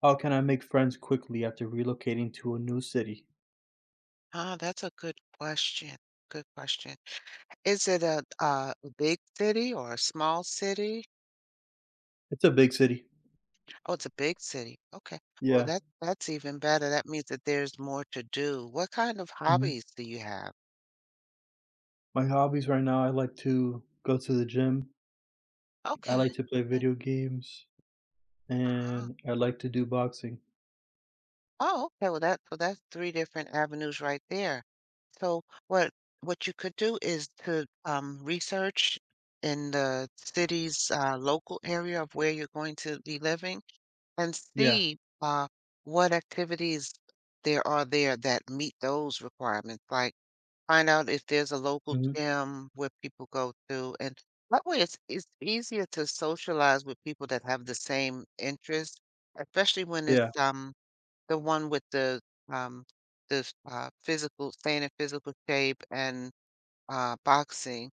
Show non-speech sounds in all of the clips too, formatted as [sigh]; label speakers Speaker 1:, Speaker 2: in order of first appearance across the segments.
Speaker 1: How can I make friends quickly after relocating to a new city?
Speaker 2: Ah, that's a good question, good question. Is it a big city or a small city?
Speaker 1: It's a big city.
Speaker 2: Oh, it's a big city, okay. Well,
Speaker 1: Yeah.
Speaker 2: that's even better, that means that there's more to do. What kind of
Speaker 1: hmm
Speaker 2: hobbies do you have?
Speaker 1: My hobbies right now, I like to go to the gym. I
Speaker 2: Okay,
Speaker 1: like to play
Speaker 2: eh,
Speaker 1: video games,
Speaker 2: uh-huh.
Speaker 1: and I like to do boxing.
Speaker 2: Oh, okay, well, that's 3 different avenues right there. So, what what you could do is to, research in the city's, local area of where you're going to be living and
Speaker 1: Yeah.
Speaker 2: see what activities there are there that meet those requirements. Like find out if there's a local
Speaker 1: Hmm.
Speaker 2: gym where people go to, and that way it's easier to socialize with people that have the same interests, especially when it's
Speaker 1: Yeah.
Speaker 2: the one with um the physical staying in physical shape and boxing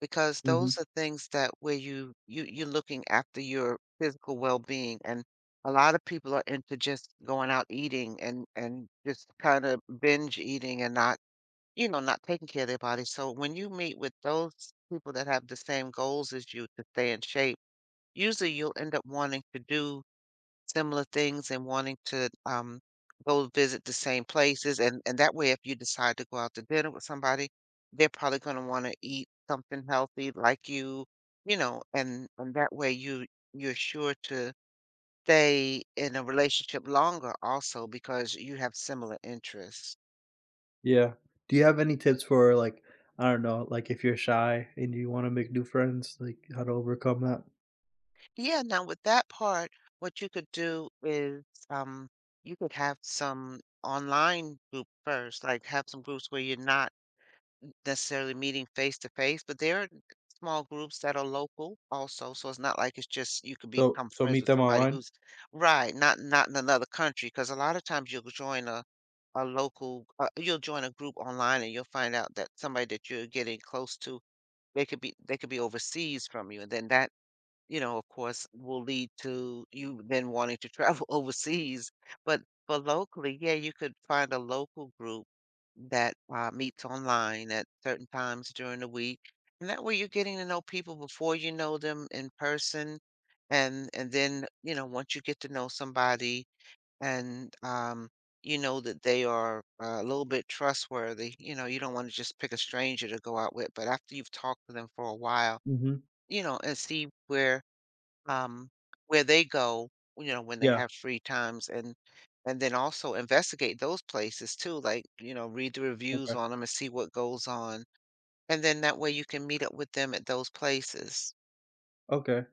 Speaker 2: because those
Speaker 1: Hmm.
Speaker 2: are things that where you're looking after your physical well-being. And a lot of people are into just going out eating and just kind of binge eating and not not taking care of their body. So when you meet with those people that have the same goals as you to stay in shape, usually you'll end up wanting to do similar things and wanting to go visit the same places. And that way, if you decide to go out to dinner with somebody, they're probably going to want to eat something healthy like you, and that way you're sure to stay in a relationship longer also because you have similar interests.
Speaker 1: Yeah. Do you have any tips for I don't know, like if you're shy and you want to make new friends, like how to overcome that?
Speaker 2: Yeah, now with that part, what you could do is um, you could have some online group first, like have some groups where you're not necessarily meeting face to face, but there are small groups that are local also. So it's not like it's just you could
Speaker 1: So
Speaker 2: become
Speaker 1: so
Speaker 2: friends
Speaker 1: meet
Speaker 2: with
Speaker 1: them
Speaker 2: somebody
Speaker 1: online.
Speaker 2: who's right, not in another country. Because a lot of times you'll join a local, you'll join a group online, and you'll find out that somebody that you're getting close to, they could be overseas from you, and then that, of course, will lead to you then wanting to travel [laughs] overseas. But for locally, yeah, you could find a local group that meets online at certain times during the week. And that way you're getting to know people before you know them in person. And then, once you get to know somebody and you know that they are a little bit trustworthy. You you don't want to just pick a stranger to go out with, but after you've talked to them for a while,
Speaker 1: Hmm.
Speaker 2: and see um, where they go, when they
Speaker 1: Yeah.
Speaker 2: have free times, and then also investigate those places too, like, read the reviews
Speaker 1: Okay.
Speaker 2: on them and see what goes on. And then that way you can meet up with them at those places.
Speaker 1: Okay.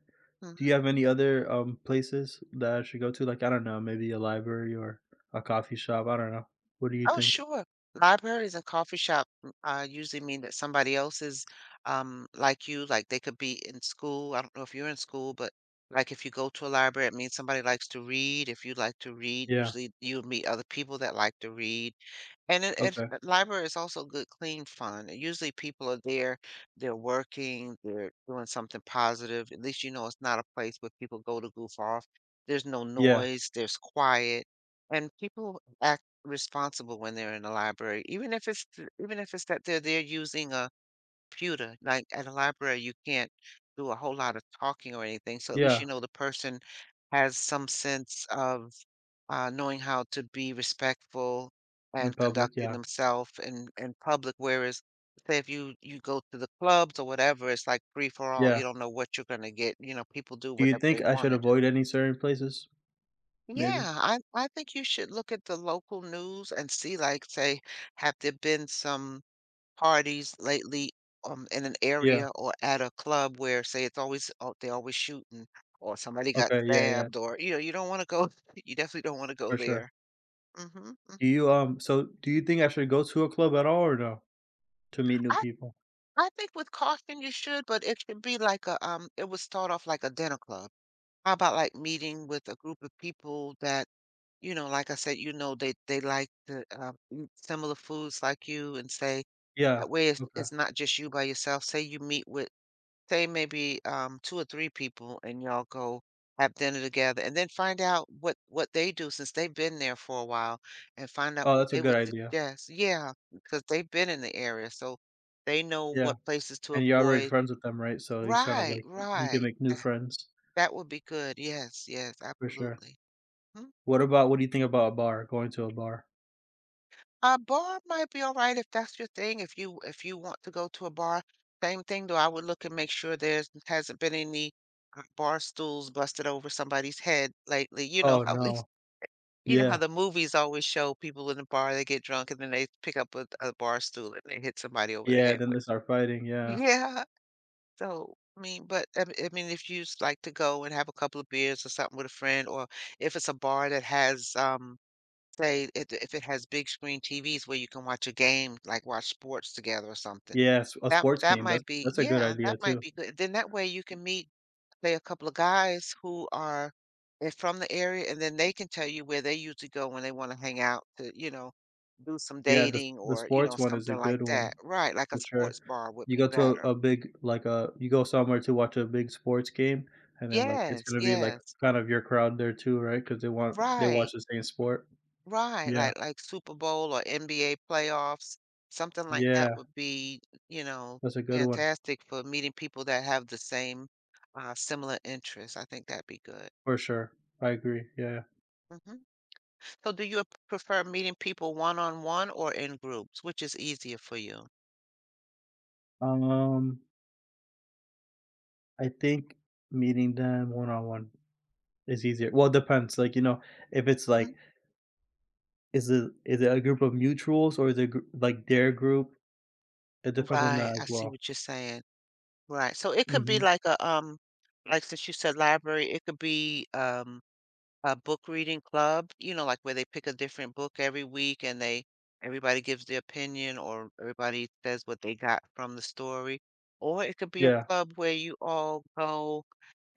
Speaker 2: Mhm.
Speaker 1: Do you have any other, places that I should go to? Like, I don't know, maybe a library or a coffee shop, I don't know. What do you
Speaker 2: Oh,
Speaker 1: think?
Speaker 2: sure. Libraries and coffee shop usually mean that somebody else is like you, like they could be in school. I don't know if you're in school, but like if you go to a library, it means somebody likes to read. If you like to read,
Speaker 1: Yeah,
Speaker 2: usually you'll meet other people that like to read. And it
Speaker 1: okay.
Speaker 2: library is also good clean fun. Usually people are there, they're working, they're doing something positive. At least you know it's not a place where people go to goof off. There's no
Speaker 1: Yeah,
Speaker 2: noise, there's quiet, and people act responsible when they're in the library. Even if even if it's that they're there using a computer, like at a library you can't do a whole lot of talking or anything. So at least
Speaker 1: yeah,
Speaker 2: you know the person has some sense of knowing how to be respectful
Speaker 1: in
Speaker 2: and
Speaker 1: public,
Speaker 2: conducting
Speaker 1: yeah,
Speaker 2: themselves in public. Whereas, say if you go to the clubs or whatever, it's like free for all.
Speaker 1: yeah.
Speaker 2: You don't know what you're gonna get. You know, people do
Speaker 1: Do you
Speaker 2: whatever
Speaker 1: think
Speaker 2: they
Speaker 1: I
Speaker 2: want
Speaker 1: should
Speaker 2: to do.
Speaker 1: avoid any certain places? Maybe?
Speaker 2: Yeah, I think you should look at the local news and see, like, say, have there been some parties lately in an
Speaker 1: Yeah,
Speaker 2: area or at a club where, say, it's always they're always shooting, or somebody got
Speaker 1: okay, yeah, yeah,
Speaker 2: stabbed, or you don't want to go. [laughs] You definitely don't want to go
Speaker 1: for sure.
Speaker 2: there. Hmm.
Speaker 1: Do you, so do you think I should go to a club at all or no? To meet new
Speaker 2: I
Speaker 1: people?
Speaker 2: I think with caution you should, but it should be like a it would start off like a dinner club. How about like meeting with a group of people that, like I said, they like to eat similar foods like you. And say
Speaker 1: Yeah,
Speaker 2: that way it's,
Speaker 1: okay.
Speaker 2: it's not just you by yourself. Say you meet with, say, maybe two or three people and y'all go have dinner together, and then find out what they do since they've been there for a while, and find out
Speaker 1: Oh,
Speaker 2: what
Speaker 1: that's a
Speaker 2: they
Speaker 1: good
Speaker 2: would
Speaker 1: idea.
Speaker 2: suggest, yeah, because they've been in the area, so they know
Speaker 1: Yeah,
Speaker 2: what places to
Speaker 1: and you're already
Speaker 2: avoid.
Speaker 1: friends with them, right? So he's kind of
Speaker 2: Right,
Speaker 1: like he can
Speaker 2: right,
Speaker 1: make new friends,
Speaker 2: that would be good. Yes, yes,
Speaker 1: for sure.
Speaker 2: absolutely. Hmm.
Speaker 1: What about what do you think about a bar, going to a bar?
Speaker 2: A bar might be alright if that's your thing, if you want to go to a bar. Same thing, though, I would look and make sure there's hasn't been any, bar stools busted over somebody's head lately. You know
Speaker 1: Oh,
Speaker 2: how they
Speaker 1: no.
Speaker 2: [laughs] you know how
Speaker 1: Yeah.
Speaker 2: the movies always show people in the bar, they get drunk, and then they pick up a bar stool and they hit somebody over the
Speaker 1: Yeah,
Speaker 2: head
Speaker 1: then
Speaker 2: with.
Speaker 1: they start fighting,
Speaker 2: [laughs]
Speaker 1: yeah.
Speaker 2: Yeah, so, I mean, but, I mean, if you just like to go and have a couple of beers or something with a friend, or if it's a bar that has, say, if it has big screen TVs where you can watch a game, like watch sports together or something.
Speaker 1: Yeah, s a
Speaker 2: That
Speaker 1: sports
Speaker 2: that
Speaker 1: game, that's
Speaker 2: might be,
Speaker 1: a good
Speaker 2: yeah,
Speaker 1: idea
Speaker 2: that might
Speaker 1: too.
Speaker 2: be good. Then that way you can meet, say, a couple of guys who are from the area, and then they can tell you where they usually go when they wanna hang out, to, do some
Speaker 1: Yeah, the
Speaker 2: dating,
Speaker 1: the
Speaker 2: or,
Speaker 1: sports one is a
Speaker 2: something like
Speaker 1: good one
Speaker 2: that. Right, like a
Speaker 1: for sure.
Speaker 2: sports bar would
Speaker 1: You
Speaker 2: be
Speaker 1: go to a
Speaker 2: better.
Speaker 1: a big like, a you go somewhere to watch a big sports game, and then, like, it's
Speaker 2: Yes,
Speaker 1: gonna be, like,
Speaker 2: yes.
Speaker 1: kind of your crowd there too, right? Because they watch
Speaker 2: Right.
Speaker 1: the same sport.
Speaker 2: Right,
Speaker 1: Yeah.
Speaker 2: like Super Bowl or NBA playoffs, something like that
Speaker 1: Yeah,
Speaker 2: would be, you know,
Speaker 1: that's a good one,
Speaker 2: fantastic for meeting people that have the same, similar interests. I think that'd be good.
Speaker 1: for sure. I agree, yeah.
Speaker 2: Mhm. So do you prefer meeting people one-on-one or in groups? Which is easier for you?
Speaker 1: Um, I think meeting them one-on-one is easier. Well, it depends, like, you know, if it's,
Speaker 2: Mhm.
Speaker 1: like is it a group of mutuals or is it gr like their group? It depends on
Speaker 2: Right,
Speaker 1: that
Speaker 2: I
Speaker 1: as
Speaker 2: see
Speaker 1: well.
Speaker 2: what you're saying. Right, so it could be
Speaker 1: Mhm.
Speaker 2: like since you said library, it could be, a book reading club, like where they pick a different book every week, and they everybody gives their opinion, or everybody says what they got from the story. Or it could be a
Speaker 1: Yeah,
Speaker 2: club where you all go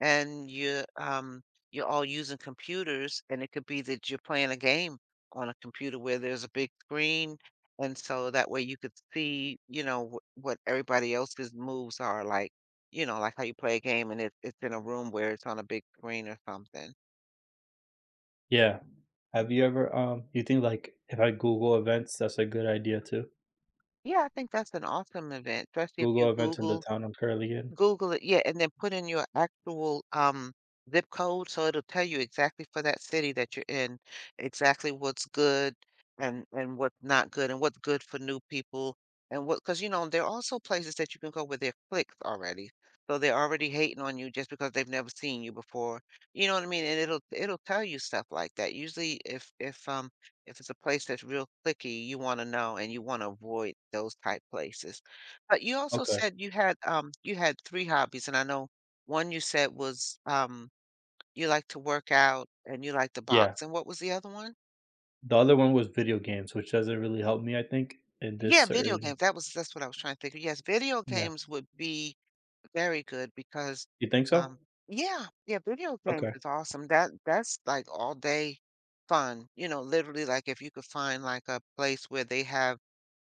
Speaker 2: and you're all using computers, and it could be that you're playing a game on a computer where there's a big screen. And so that way you could see, what everybody else's moves are like, like how you play a game and it's in a room where it's on a big screen or something.
Speaker 1: yeah. Have you ever, you think, like, if I Google events, that's a good idea too?
Speaker 2: Yeah, I think that's an awesome event, especially if
Speaker 1: Google
Speaker 2: you
Speaker 1: events in the town I'm currently in?
Speaker 2: Google it, yeah, and then put in your actual zip code, so it'll tell you exactly for that city that you're in, exactly what's good and what's not good and what's good for new people, and what because you know there are also places that you can go where they're clicked already. So they're already hating on you just because they've never seen you before. You know what I mean? And it'll tell you stuff like that. Usually if it's a place that's real clicky, you want to know and you want to avoid those type places. But you also
Speaker 1: Okay,
Speaker 2: said you had 3 hobbies, and I know one you said was, you like to work out and you like to
Speaker 1: yeah.
Speaker 2: box, and what was the other one?
Speaker 1: The other one was video games, which doesn't really help me, I think, in this
Speaker 2: Yeah, video
Speaker 1: certain
Speaker 2: games, that's what I was trying to think of, yes, video
Speaker 1: yeah.
Speaker 2: games would be very good because,
Speaker 1: You think so?
Speaker 2: um yeah, yeah, video games
Speaker 1: Okay.
Speaker 2: is awesome, that's, like, all day fun, literally, like, if you could find, like, a place where they have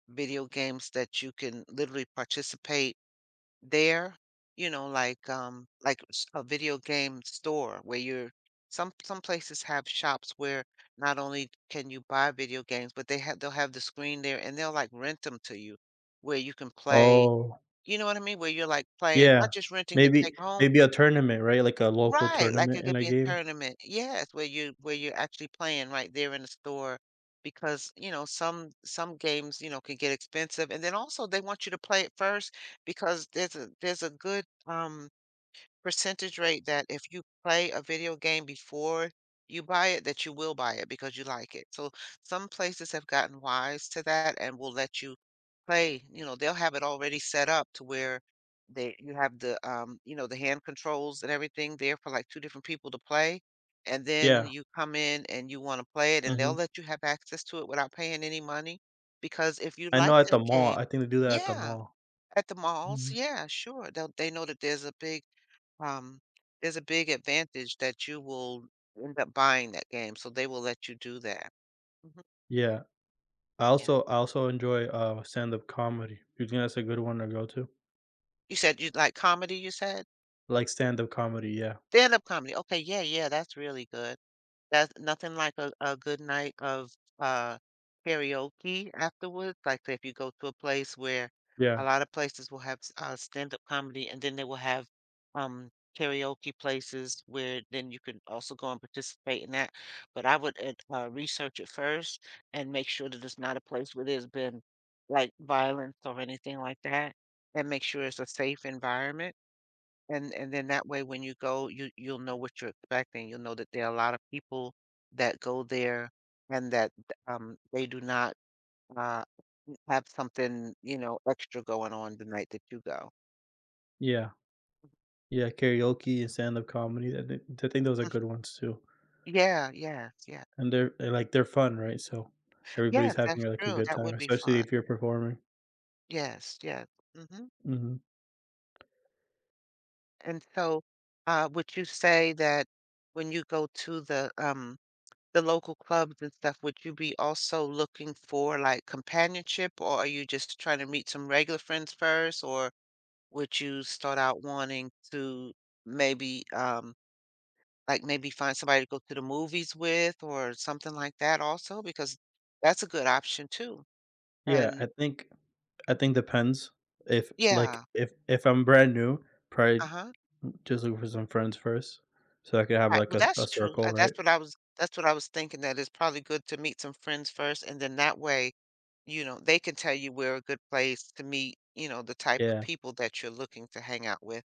Speaker 2: video games that you can literally participate there, you know, like s a video game store where you're some places have shops where not only can you buy video games, but they'll have the screen there and they'll, like, rent them to you where you can play,
Speaker 1: Oh,
Speaker 2: you know what I mean? Where you're, like, playing
Speaker 1: yeah.
Speaker 2: not just renting to take
Speaker 1: Maybe
Speaker 2: home.
Speaker 1: a tournament, right? Like a local
Speaker 2: Right, like
Speaker 1: tournament
Speaker 2: it
Speaker 1: in
Speaker 2: could
Speaker 1: a
Speaker 2: be a
Speaker 1: game?
Speaker 2: tournament. Yes, where you're actually playing right there in the store because, you know, some games, you know, can get expensive. And then also they want you to play it first because there's a good percentage rate that if you play a video game before you buy it, that you will buy it because you like it. So some places have gotten wise to that and will let you play, you know, they'll have it already set up to where they you have the you know, the hand controls and everything there for like two different people to play. And then
Speaker 1: Yeah,
Speaker 2: you come in and you want to play it and
Speaker 1: mhm.
Speaker 2: they'll let you have access to it without paying any money. Because if you
Speaker 1: I
Speaker 2: like
Speaker 1: know at the
Speaker 2: that
Speaker 1: mall, I
Speaker 2: game,
Speaker 1: think they do that at the
Speaker 2: yeah,
Speaker 1: mall.
Speaker 2: at the malls,
Speaker 1: Mhm.
Speaker 2: yeah, sure. They'll, they know that um, there's a big advantage that you will end up buying that game, so they will let you do that. Mhm,
Speaker 1: Yeah.
Speaker 2: yeah.
Speaker 1: I also enjoy, stand-up comedy. You think that's a good one to go to?
Speaker 2: You said you like comedy, you said?
Speaker 1: Like stand-up comedy, yeah.
Speaker 2: Stand-up comedy. Okay, yeah, yeah, that's really good. That's nothing like a good night of uh karaoke afterwards. Like if you go to a place where a
Speaker 1: Yeah.
Speaker 2: lot of places will have stand-up comedy and then they will have um karaoke places where then you can also go and participate in that. But I would research it first and make sure that it's not a place where there's been like violence or anything like that and make sure it's a safe environment. And then that way when you go, you'll know what you're expecting. You'll know that there are a lot of people that go there and that they do not uh have something, you know, extra going on the night that you go.
Speaker 1: Yeah. Yeah, karaoke and stand-up comedy, I think those are good
Speaker 2: Mhm.
Speaker 1: ones too.
Speaker 2: Yeah, yes, yeah.
Speaker 1: And they're and, like, they're fun, right? So, everybody's
Speaker 2: Yes,
Speaker 1: having,
Speaker 2: that's
Speaker 1: like, a
Speaker 2: true.
Speaker 1: good
Speaker 2: That
Speaker 1: time,
Speaker 2: would be fun.
Speaker 1: especially if you're performing.
Speaker 2: Yes, yes. hmm
Speaker 1: Mhm.
Speaker 2: And so, would you say that when you go to the local clubs and stuff, would you be also looking for like companionship, or are you just trying to meet some regular friends first, or would you start out wanting to maybe like maybe find somebody to go to the movies with or something like that also? Because that's a good option too.
Speaker 1: Yeah,
Speaker 2: And
Speaker 1: I
Speaker 2: mhm,
Speaker 1: think depends. If, like,
Speaker 2: yeah.
Speaker 1: if I'm brand new, probably
Speaker 2: Uh-huh.
Speaker 1: just look for some friends first so I could have,
Speaker 2: Right,
Speaker 1: like,
Speaker 2: well, that's
Speaker 1: a
Speaker 2: true,
Speaker 1: circle, right?
Speaker 2: that's what I was thinking, that it's probably good to meet some friends first, and then that way, you know, they can tell you where a good place to meet, you know, the type of
Speaker 1: Yeah,
Speaker 2: people that you're looking to hang out with.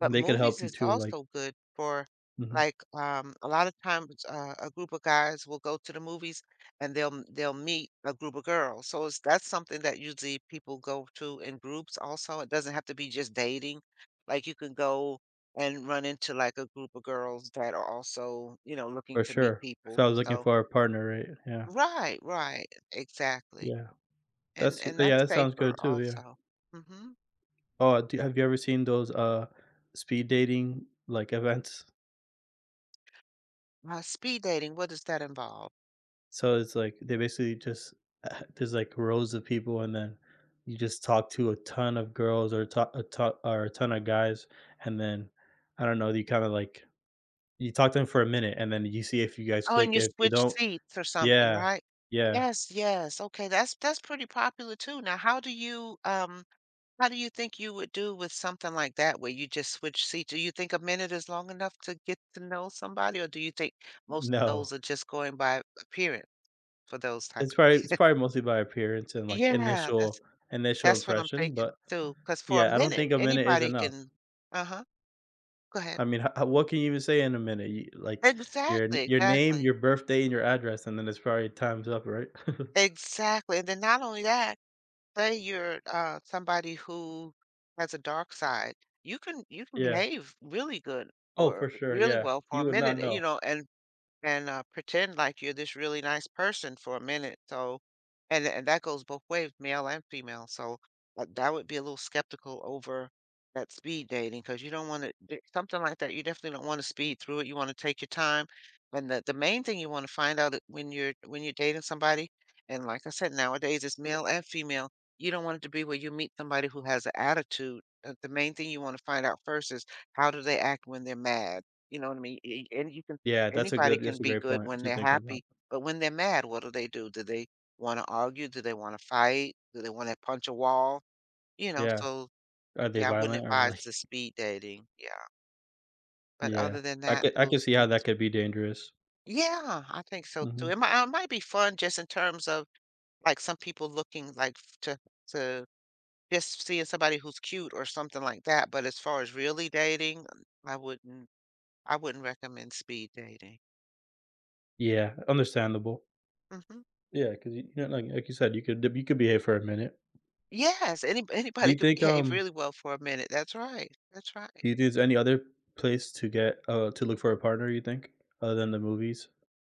Speaker 2: But
Speaker 1: and they could help
Speaker 2: movies
Speaker 1: you
Speaker 2: is
Speaker 1: too, like
Speaker 2: also good for,
Speaker 1: Mhm.
Speaker 2: like, a lot of times, a group of guys will go to the movies, and they'll meet a group of girls, so it's that's something that usually people go to in groups also, it doesn't have to be just dating, like, you can go and run into like a group of girls that are also, you know, looking
Speaker 1: For
Speaker 2: to meet
Speaker 1: sure. If
Speaker 2: people.
Speaker 1: I was looking
Speaker 2: So,
Speaker 1: for a partner, right? Yeah.
Speaker 2: right, right, exactly.
Speaker 1: Yeah.
Speaker 2: And
Speaker 1: That's
Speaker 2: and
Speaker 1: yeah,
Speaker 2: that's
Speaker 1: that sounds
Speaker 2: safer
Speaker 1: good too, yeah.
Speaker 2: also. hmm
Speaker 1: Oh, do have you ever seen those, speed dating, like, events?
Speaker 2: Speed dating, what does that involve?
Speaker 1: So it's like they basically just there's, like, rows of people, and then you just talk to a ton of girls or to a to or a ton of guys, and then, I don't know, you kinda, like you talk to them for a minute, and then you see if you guys
Speaker 2: Oh, and
Speaker 1: click,
Speaker 2: you
Speaker 1: if you
Speaker 2: switch
Speaker 1: don't
Speaker 2: seats or something,
Speaker 1: yeah.
Speaker 2: right?
Speaker 1: Yeah.
Speaker 2: Yes, yes. Okay, that's pretty popular too. Now, how do you think you would do with something like that where you just switch seats? Do you think a minute is long enough to get to know somebody, or do you think most of those
Speaker 1: No.
Speaker 2: are just going by appearance for those type of.
Speaker 1: It's probably mostly by appearance and, like,
Speaker 2: Yeah,
Speaker 1: initial
Speaker 2: that's what I'm
Speaker 1: impression,
Speaker 2: thinking
Speaker 1: but,
Speaker 2: too. Because for a
Speaker 1: yeah, I don't
Speaker 2: minute,
Speaker 1: think a minute is
Speaker 2: anybody
Speaker 1: enough.
Speaker 2: can. Uh-huh, go ahead.
Speaker 1: I mean, ho what can you even say in a minute? You like, your
Speaker 2: Exactly,
Speaker 1: your name,
Speaker 2: exactly,
Speaker 1: your birthday, and your address, and then it's probably time's up, right? [laughs]
Speaker 2: exactly, and then not only that, say you're, somebody who has a dark side, you can
Speaker 1: Yeah.
Speaker 2: behave really good
Speaker 1: Oh,
Speaker 2: or
Speaker 1: for sure,
Speaker 2: really
Speaker 1: yeah.
Speaker 2: well for a
Speaker 1: You would not
Speaker 2: minute, you
Speaker 1: know.
Speaker 2: know, and pretend like you're this really nice person for a minute. So, and that goes both ways, male and female. So that would be a little skeptical over that speed dating because you don't want to something like that. You definitely don't want to speed through it. You want to take your time, and the main thing you want to find out when you're dating somebody, and like I said, nowadays it's male and female. You don't want it to be where you meet somebody who has an attitude. The main thing you want to find out first is how do they act when they're mad. You know what I mean? And you can.
Speaker 1: Yeah, that's a
Speaker 2: Anybody
Speaker 1: good
Speaker 2: can
Speaker 1: that's a
Speaker 2: be
Speaker 1: great
Speaker 2: good
Speaker 1: point
Speaker 2: when
Speaker 1: to
Speaker 2: they're
Speaker 1: think about.
Speaker 2: happy, but when they're mad, what do they do? Do they wanna argue? Do they wanna fight? Do they wanna punch a wall? You know,
Speaker 1: Yeah.
Speaker 2: so,
Speaker 1: Are they
Speaker 2: yeah, I wouldn't
Speaker 1: violent or,
Speaker 2: advise
Speaker 1: like
Speaker 2: the speed dating, yeah, but
Speaker 1: yeah.
Speaker 2: other than that,
Speaker 1: I could
Speaker 2: those
Speaker 1: see how that
Speaker 2: things.
Speaker 1: could be dangerous.
Speaker 2: Yeah, I think so too.
Speaker 1: Mhm.
Speaker 2: It might be fun just in terms of, like, some people looking, like, f to just seeing somebody who's cute or something like that, but as far as really dating, I wouldn't I wouldn't recommend speed dating.
Speaker 1: Yeah, understandable.
Speaker 2: Mhm.
Speaker 1: Yeah, 'cause you know, like you said, you could be here for a minute.
Speaker 2: Yes, any
Speaker 1: Do you
Speaker 2: anybody could
Speaker 1: think,
Speaker 2: behave really well for a minute. That's right. That's right.
Speaker 1: do you think there's any other place to get to look for a partner, you think, other than the movies?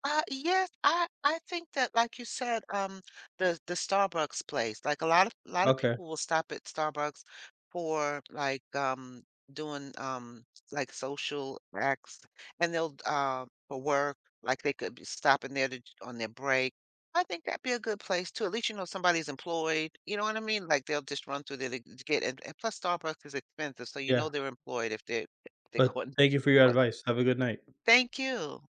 Speaker 2: Yes, I think that like you said, the Starbucks place, like a lot of
Speaker 1: Okay,
Speaker 2: people will stop at Starbucks for like doing like social acts, and they'll for work, like they could be stopping there to, on their break. I think that'd be a good place too. At least you know somebody's employed. You know what I mean? Like they'll just run through there to get, and plus Starbucks is expensive, so you
Speaker 1: yeah,
Speaker 2: know they're employed if they're [laughs]
Speaker 1: but
Speaker 2: going.
Speaker 1: thank you for your
Speaker 2: But
Speaker 1: advice. Have a good night.
Speaker 2: thank you.